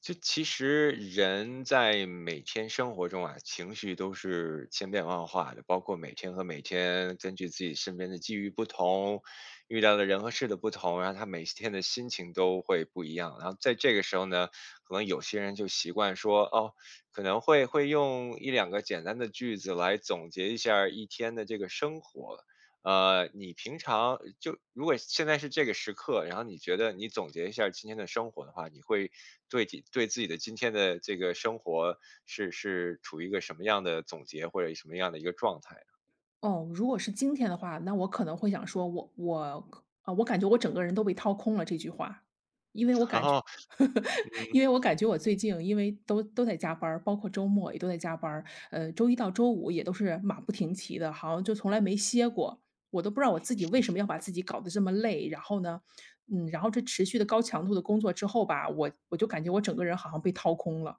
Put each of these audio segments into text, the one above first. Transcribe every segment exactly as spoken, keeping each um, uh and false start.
就其实人在每天生活中啊，情绪都是千变万化的，包括每天和每天根据自己身边的际遇不同，遇到的人和事的不同，然后他每天的心情都会不一样。然后在这个时候呢，可能有些人就习惯说，哦，可能会会用一两个简单的句子来总结一下儿一天的这个生活。呃，你平常呃就如果现在是这个时刻，然后你觉得你总结一下今天的生活的话，你会对己对自己的今天的这个生活是是处于一个什么样的总结或者什么样的一个状态？哦，如果是今天的话，那我可能会想说我我可啊，我感觉我整个人都被掏空了这句话。因为我 然感觉 后，嗯，因为我感觉我最近因为都都在加班儿，包括周末也都在加班儿，呃，周一到周五也都是马不停蹄的，好像就从来没歇过。我都不知道我自己为什么要把自己搞得这么累，然后呢，嗯，然后这持续的高强度的工作之后吧，我我就感觉我整个人好像被掏空了。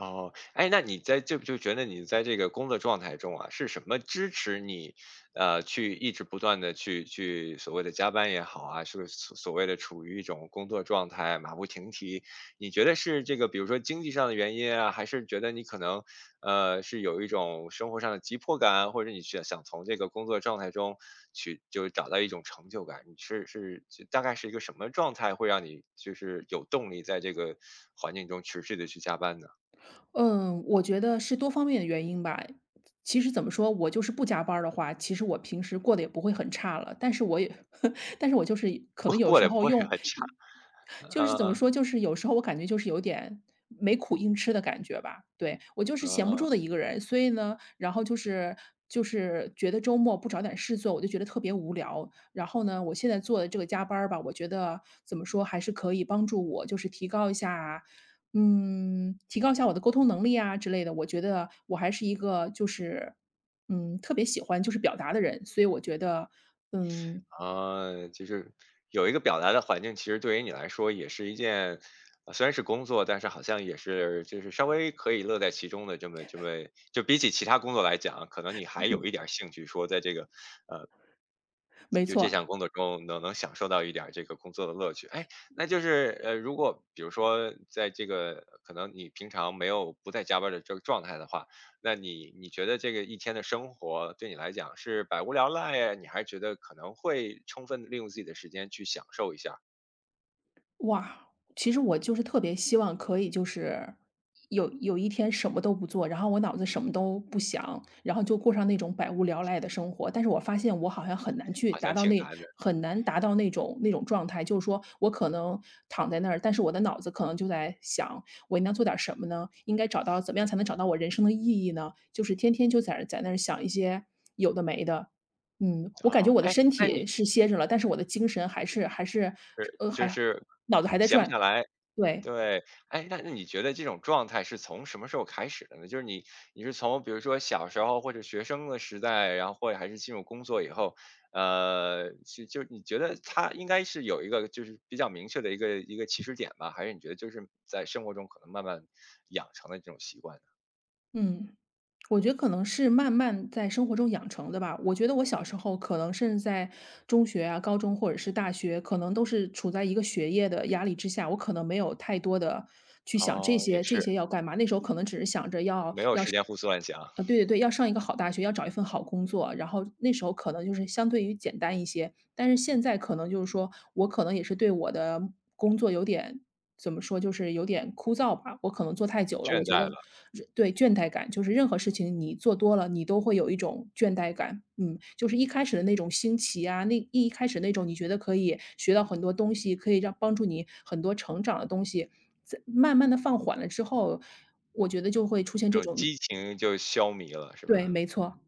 哦，哎，那你在就就觉得你在这个工作状态中啊，是什么支持你，呃，去一直不断的去去所谓的加班也好啊，是所所谓的处于一种工作状态马不停蹄？你觉得是这个，比如说经济上的原因啊，还是觉得你可能，呃，是有一种生活上的急迫感，或者你想想从这个工作状态中去就找到一种成就感？你是是就大概是一个什么状态会让你就是有动力在这个环境中持续的去加班呢？嗯，我觉得是多方面的原因吧。其实怎么说，我就是不加班儿的话，其实我平时过得也不会很差了。但是我也 但是我就是可我能有过时得不候会是用，很差，就是怎啊么啊说，就是有时候我感觉就是有点没苦硬吃的感觉吧。对，我就是闲不呃，住的一个人，所以呢，然后就是就是觉得周末不找点事做，我就觉得特别无聊。然后呢，我现在做的这个加班儿吧，我觉得怎么说还是可以帮助我，就是提高一下，嗯，提高一下我的沟通能力啊之类的。我觉得我还是一个就是，嗯，特别喜欢就是表达的人，所以我觉得，嗯，啊，就是有一个表达的环境，其实对于你来说也是一件，呃虽然是工作，但是好像也是就是稍微可以乐在其中的这么这么，就比起其他工作来讲，可能你还有一点儿 兴趣，说在这个没就这项错。工作中能能享受到一点儿这个工作的乐趣。哎，那就是呃，如果比如说在这个可能你平常没有不在加班儿的这个状态的话，那你你觉得这个一天的生活对你来讲是百无聊赖呀？你还是觉得可能会充分地利用自己的时间去享受一下？哇，其实我就是特别希望可以就是有有一天什么都不做，然后我脑子什么都不想，然后就过上那种百无聊赖的生活。但是我发现我好像很难去好达像到挺那难的，很难达到那种那种状态，就是说我可能躺在那儿，但是我的脑子可能就在想，我应该做点什么呢？应该找到怎么样才能找到我人生的意义呢？就是天天就在在那儿想一些有的没的。嗯，我感觉哦。我的哎，身那你体是歇着了，但是我的精神还是还是是呃还就是脑子还在闲不下转。来对。对。哎，那那你觉得这种状态是从什么时候开始的呢？就是你你是从比如说小时候或者学生的时代，然后或者还是进入工作以后，呃，是就你觉得它应该是有一个就是比较明确的一个一个起始点吧？还是你觉得就是在生活中可能慢慢养成的这种习惯呢？嗯，我觉得可能是慢慢在生活中养成的吧。我觉得我小时候可能甚至在中学啊、高中或者是大学，可能都是处在一个学业的压力之下，我可能没有太多的去想这哦，也些这些是，要干嘛，那时候可能只是想着要没有时间胡思乱想，呃，对对对，要上一个好大学，要找一份好工作，然后那时候可能就是相对于简单一些，但是现在可能就是说，我可能也是对我的工作有点怎么说，就是有点枯燥吧，我可能做太久了，倦我觉怠得了，对，倦怠感，就是任何事情你做多了，你都会有一种倦怠感。嗯，就是一开始的那种新奇啊，那一开始那种你觉得可以学到很多东西，可以让帮助你很多成长的东西，在慢慢的放缓了之后，我觉得就会出现那这种种激情就消弭了，是对，吧？没错。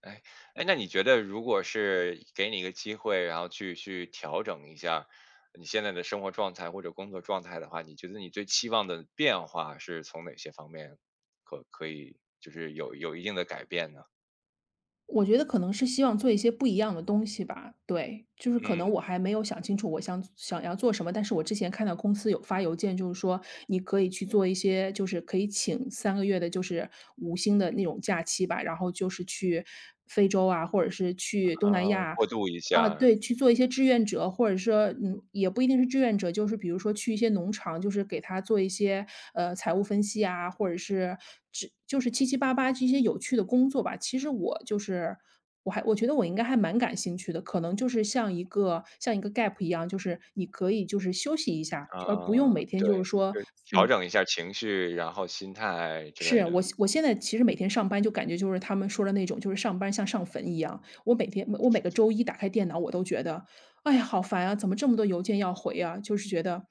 哎，哎，那你觉得如果是给你一个机会，然后去去调整一下你现在的生活状态或者工作状态的话，你觉得你最期望的变化是从哪些方面可可以就是有有一定的改变呢？我觉得可能是希望做一些不一样的东西吧，对。就是可嗯，能我还没有想清楚我想想要做什么，但是我之前看到公司有发邮件，就是说你可以去做一些就是可以请三个月的就是五星的那种假期吧，然后就是去非洲啊，或者是去东南啊，亚过渡一啊，下，对，去做一些志愿者，或者说，嗯，也不一定是志愿者，就是比如说去一些农场，就是给他做一些呃财务分析啊，或者是只就是七七八八这些有趣的工作吧。其实我就是我还我觉得我应该还蛮感兴趣的，可能就是像一个像一个 gap 一样，就是你可以就是休息一下，而不用啊，每天就是对，说。就是调嗯，整一下情绪，然后心态之类是，我的。现我现在其实每天上班就感觉就是他们说的那种，就是上班像上坟一样。我每天我每个周一打开电脑，我都觉得，哎呀，好烦啊！怎么这么多邮件要回啊？就是觉得，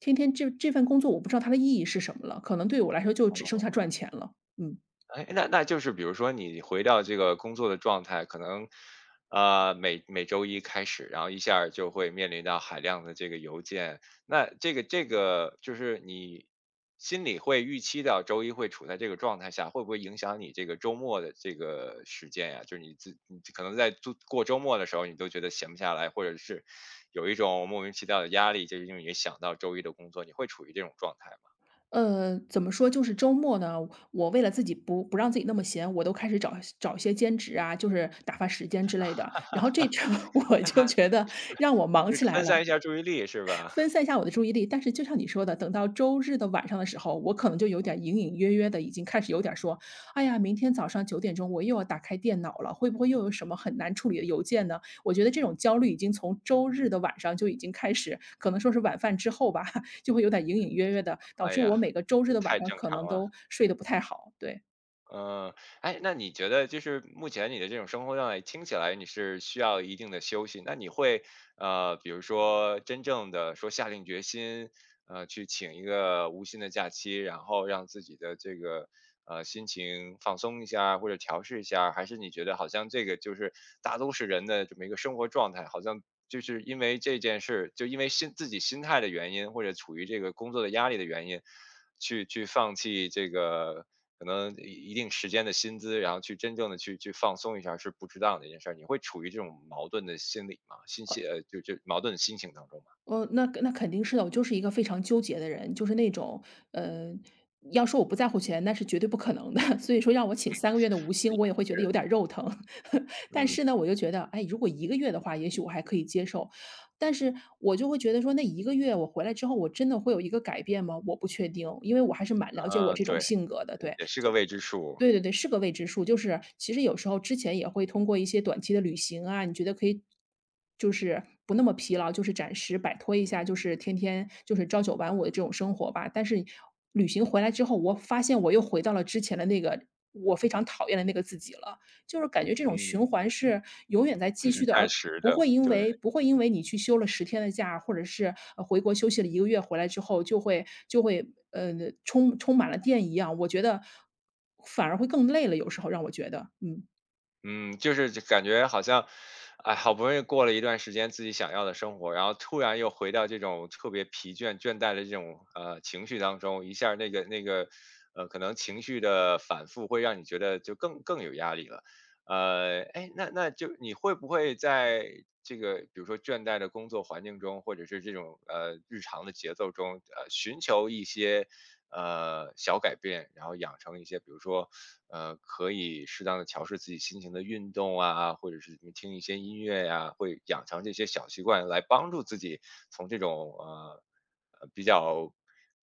天天这这份工作，我不知道它的意义是什么了。可能对我来说，就只剩下赚钱了。嗯。哎，那那就是比如说你回到这个工作的状态，可能，呃，每每周一开始，然后一下儿就会面临到海量的这个邮件，那这个这个就是你心里会预期到周一会处在这个状态下，会不会影响你这个周末的这个时间呀？就是你自你可能在度过周末的时候，你都觉得闲不下来，或者是有一种莫名其妙的压力，就是因为你想到周一的工作，你会处于这种状态吗？呃，怎么说？就是周末呢，我为了自己不不让自己那么闲，我都开始找找一些兼职啊，就是打发时间之类的。然后这周 我那还就觉得让我忙就起是来分散了。一下注意力是吧？分散一下我的注意力，但是就像你说的，等到周日的晚上的时候，我可能就有点隐隐约约的已经开始有点说："哎呀，明天早上九点钟我又要打开电脑了，会不会又有什么很难处理的邮件呢？"我觉得这种焦虑已经从周日的晚上就已经开始，可能说是晚饭之后吧，就会有点隐隐约约的，导哎致呀，我每个周日这的晚太上正可常能都了。睡得不太好，对。嗯，哎，那你觉得就是目前你的这种生活状态，听起来你是需要一定的休息，那你会呃，比如说真正的说下定决心，呃，去请一个无薪的假期，然后让自己的这个呃心情放松一下或者调试一下，还是你觉得好像这个就是大都市人的这么一个生活状态，好像就是因为这件事，就因为心自己心态的原因，或者处于这个工作的压力的原因，去去放弃这个。可能一一定时间的薪资，然后去真正的去去放松一下是不值当的一件事儿，你会处于这种矛盾的心理嘛？心情呃，就就矛盾的心情当中嘛？哦，那那肯定是的，我就是一个非常纠结的人，就是那种，呃，要说我不在乎钱，那是绝对不可能的。所以说让我请三个月的无哎薪，我也会觉得是，有点肉疼。但嗯，是呢，我就觉得，哎，如果一个月的话，也许我还可以接受。但是我就会觉得说，那一个月我回来之后，我真的会有一个改变吗？我不确定，因为我还是蛮了解我啊，这种对，性格的，对。也是个未知数，对对对，是个未知数。就是其实有时候之前也会通过一些短期的旅行啊，你觉得可以就是不那么疲劳，就是暂时摆脱一嗯，下，就是天天就是朝九晚五的这种生活吧。但是旅行回来之后，我发现我又回到了之前的那个我非常讨厌的那个自己了。就是感觉这种嗯，循环是永远在只继是续的，暂而时的，不会因对。为不会因为你去休了十天的假，或者是，呃回国休息了一个月回来之后就会就会，呃，充充满了电一样，我觉得反而会更累了，有时候让我觉得，嗯。嗯，就是就感觉好像，哎，好不容易过了一段时间自己想要的生活，然后突然又回到这种特别疲倦、倦怠的这种呃情绪当中，一下儿那个那个呃，可能情绪的反复会让你觉得就更更有压力了。呃，哎，那那就你会不会在这个比如说倦怠的工作环境中，或者是这种呃日常的节奏中，呃，寻求一些呃小改变，然后养成一些比如说呃，可以适当的调试自己心情的运动啊，或者是听一些音乐呀，会养成这些小习惯来帮助自己从这种，呃，呃，比较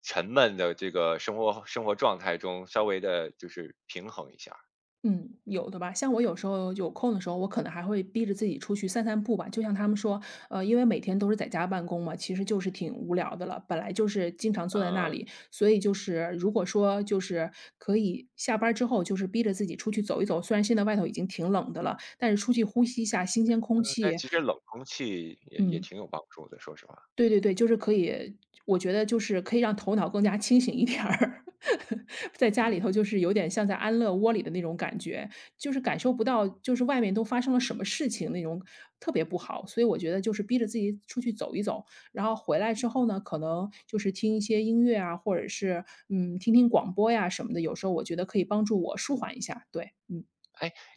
沉闷的这个生活生活状态中稍微的就是平衡一下儿。嗯，有的吧。像我有时候有空的时候，我可能还会逼着自己出去散散步吧。就像他们说，呃，因为每天都是在家办公嘛，其实就是挺无聊的了。本来就是经常坐在那呃，里，所以就是如果说就是可以下班儿之后，就是逼着自己出去走一走。虽然现在外头已经挺冷的了，但是出去呼吸一下新鲜空呃，但气，其实冷空气也也嗯，挺有帮助的，说实话，对对对，就是可以我觉得就是可以让头脑更加清醒一点儿。在家里头嗯。就是有点像在安乐窝里的那种感觉，就是感受不到就是外面都发生了什么事情那种特别不好。所以我觉得就是逼着自己出去走一走，然后回来之后呢，可能就是听一些音乐啊，或者是，嗯，听听广播呀什么的，有时候我觉得可以帮助我舒缓一下，对。嗯。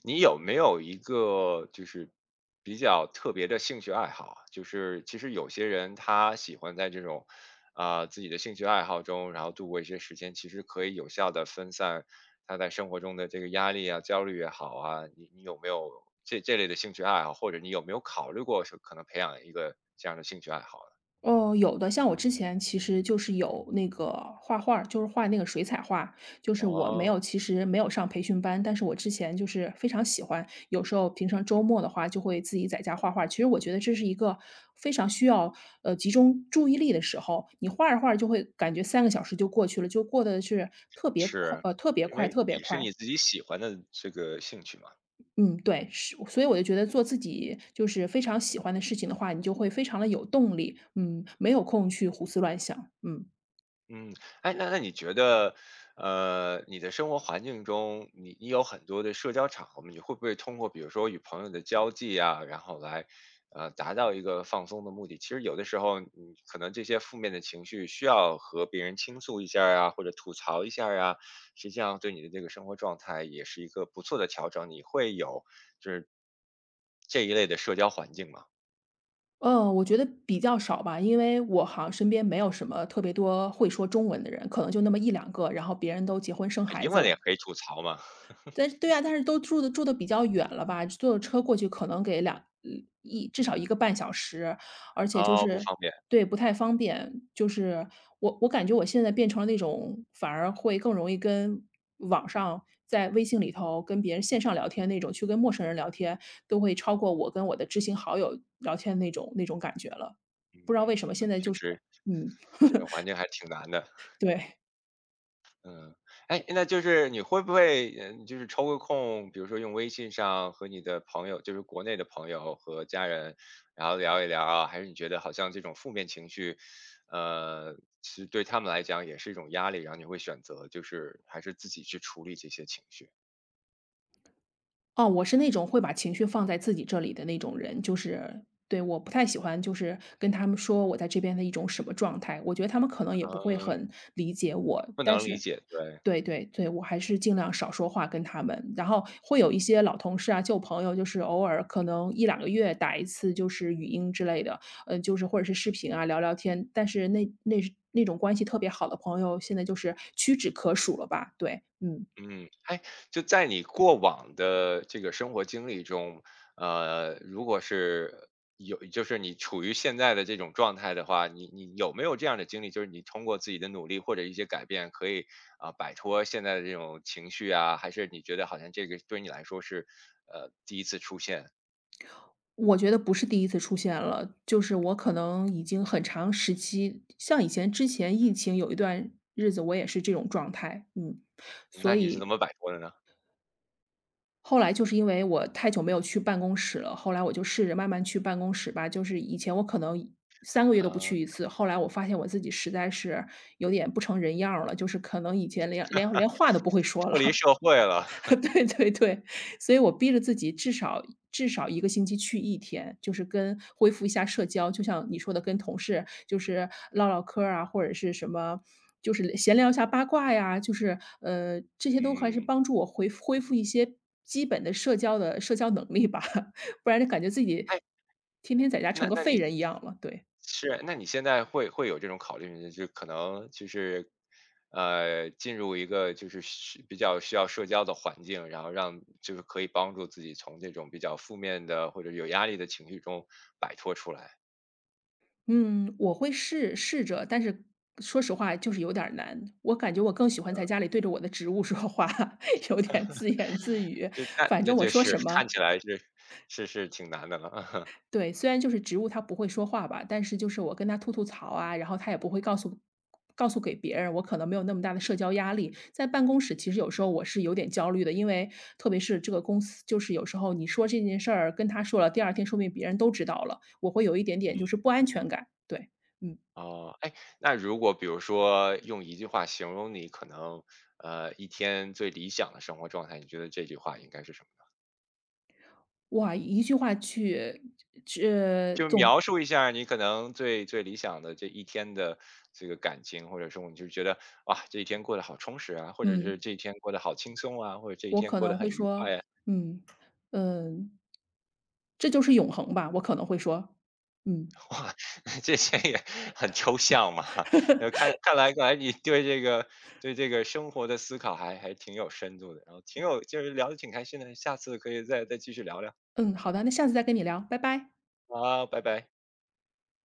你有没有一个就是比较特别的兴趣爱好啊？就是其实有些人他喜欢在这种啊、自己的兴趣爱好中，然后度过一些时间，其实可以有效的分散他在生活中的这个压力啊、焦虑也好啊。你你有没有这这类的兴趣爱好，或者你有没有考虑过是可能培养一个这样的兴趣爱好呢？哦，有的，像我之前其实就是有那个画画儿就是画那个水彩画，就是我没哦，有其实没有上培训班，但是我之前就是非常喜欢，有时候平常周末的话就会自己在家画画儿。其实我觉得这是一个非常需要呃集中注意力的时候，你画着画着就会感觉三个小时就过去了，就过得是特别快，是呃，特别因快，为特别也是快。你自己喜欢的这个兴趣嘛。嗯，对，是，所以我就觉得做自己就是非常喜欢的事情的话，你就会非常的有动力，嗯，没有空去胡思乱想，嗯。嗯，哎，那那你觉得，呃，你的生活环境中，你你有很多的社交场合吗？你会不会通过比如说与朋友的交际啊，然后来，呃，达到一个放松的目的？其实有的时候，你可能这些负面的情绪需要和别人倾诉一下儿啊，或者吐槽一下儿啊，实际上对你的这个生活状态也是一个不错的调整。你会有就是这一类的社交环境吗？嗯，我觉得比较少吧，因为我好像身边没有什么特别多会说中文的人，可能就那么一两个，然后别人都结婚生英孩子文也了。可以吐槽吗？但是对啊，但是都住的住的比较远了吧，坐车过去可能给两嗯一至少一个半小时，而且就哦，不是方便，对，不太方便。就是我我感觉我现在变成了那种反而会更容易跟网上在微信里头跟别人线上聊天那种，去跟陌生人聊天，都会超过我跟我的知心好友聊天那种那种感觉了。嗯，不知道为什么那现在确就是实嗯，这种环境还挺难的，对。嗯，哎，那就是你会不会，嗯，就是抽个空，比如说用微信上和你的朋友，就是国内的朋友和家人，然后聊一聊啊？还是你觉得好像这种负面情绪，呃，其实对他们来讲也是一种压力，然后你会选择就是还是自己去处理这些情绪？哦，我是那种会把情绪放在自己这里的那种人，就是对，我不太喜欢就是跟他们说我在这边的一种什么状态，我觉得他们可能也不会嗯，很理解我，不但能理是解，对。对对对，我还是尽量少说话跟他们，然后会有一些老同事啊、旧朋友，就是偶尔可能一两个月打一次，就是语音之类的，嗯，就是或者是视频啊聊聊天，但是那那那种关系特别好的朋友，现在就是屈指可数了吧？对，嗯。嗯，哎，就在你过往的这个生活经历中，呃，如果是有，就是你处于现在的这种状态的话，你你有没有这样的经历？就是你通过自己的努力或者一些改变，可以啊、摆脱现在的这种情绪啊？还是你觉得好像这个对你来说是呃第一次出现？我觉得不是第一次出现了，就是我可能已经很长时期像以前之前疫情有一段日子，我也是这种状态，嗯。那所你是怎以么摆脱的呢？后来就是因为我太久没有去办公室了，后来我就试着慢慢去办公室吧，就是以前我可能三个月都不呃，去一次，后来我发现我自己实在是有点不成人样儿了，就是可能以前连连连话都不会说脱离了。社会了，对对对，所以我逼着自己至少至少一个星期去一天，就是跟恢复一下社交，就像你说的跟同事就是唠唠嗑儿啊，或者是什么，就是闲聊一下八卦呀，就是，呃，这些都还是嗯，帮助我恢复恢复一些基本的社交的社交能力吧，不然就感觉自己哎，天天在家那成个那废你人一样了，对。是，那你现在会会有这种考虑吗，就可能就是，呃，进入一个就是需比较需要社交的环境，然后让就是可以帮助自己从这种比较负面的或者有压力的情绪中摆脱出来。嗯，我会试试着，但是说实话就是有点儿难。我感觉我更喜欢在家里对着我的植物 说话，有点自言自语。就那反那正我这说是 什 看么，起来是是是挺难的了。对，虽然就是植物它不会说话吧，但是就是我跟它吐吐槽啊，然后它也不会告诉告诉给别人，我可能没有那么大的社交压力。在办公室其实有时候我是有点焦虑的，因为特别是这个公司，就是有时候你说这件事儿跟他说了，第二天说不定别人都知道了，我会有一点点就是不安全感。对，嗯。哦，哎，那如果比如说用一句话形容你可能呃一天最理想的生活状态，你觉得这句话应该是什么？哇，一句话去去就总描述一下儿你可能最最理想的这一天的这个感情，或者说你就觉得哇，这一天过得好充实啊，或者是嗯，这一天过得好轻松啊，或者这一我天可过得能很会愉说，快啊，嗯，嗯，这就是永恒吧，我可能会说，嗯，哇，这些也很抽象嘛。呃，看看来看来你对这个对这个生活的思考还还挺有深度的，然后挺有就是聊得挺开心的，下次可以再再继续聊聊。嗯，好的，那下次再跟你聊，拜拜。好，拜拜。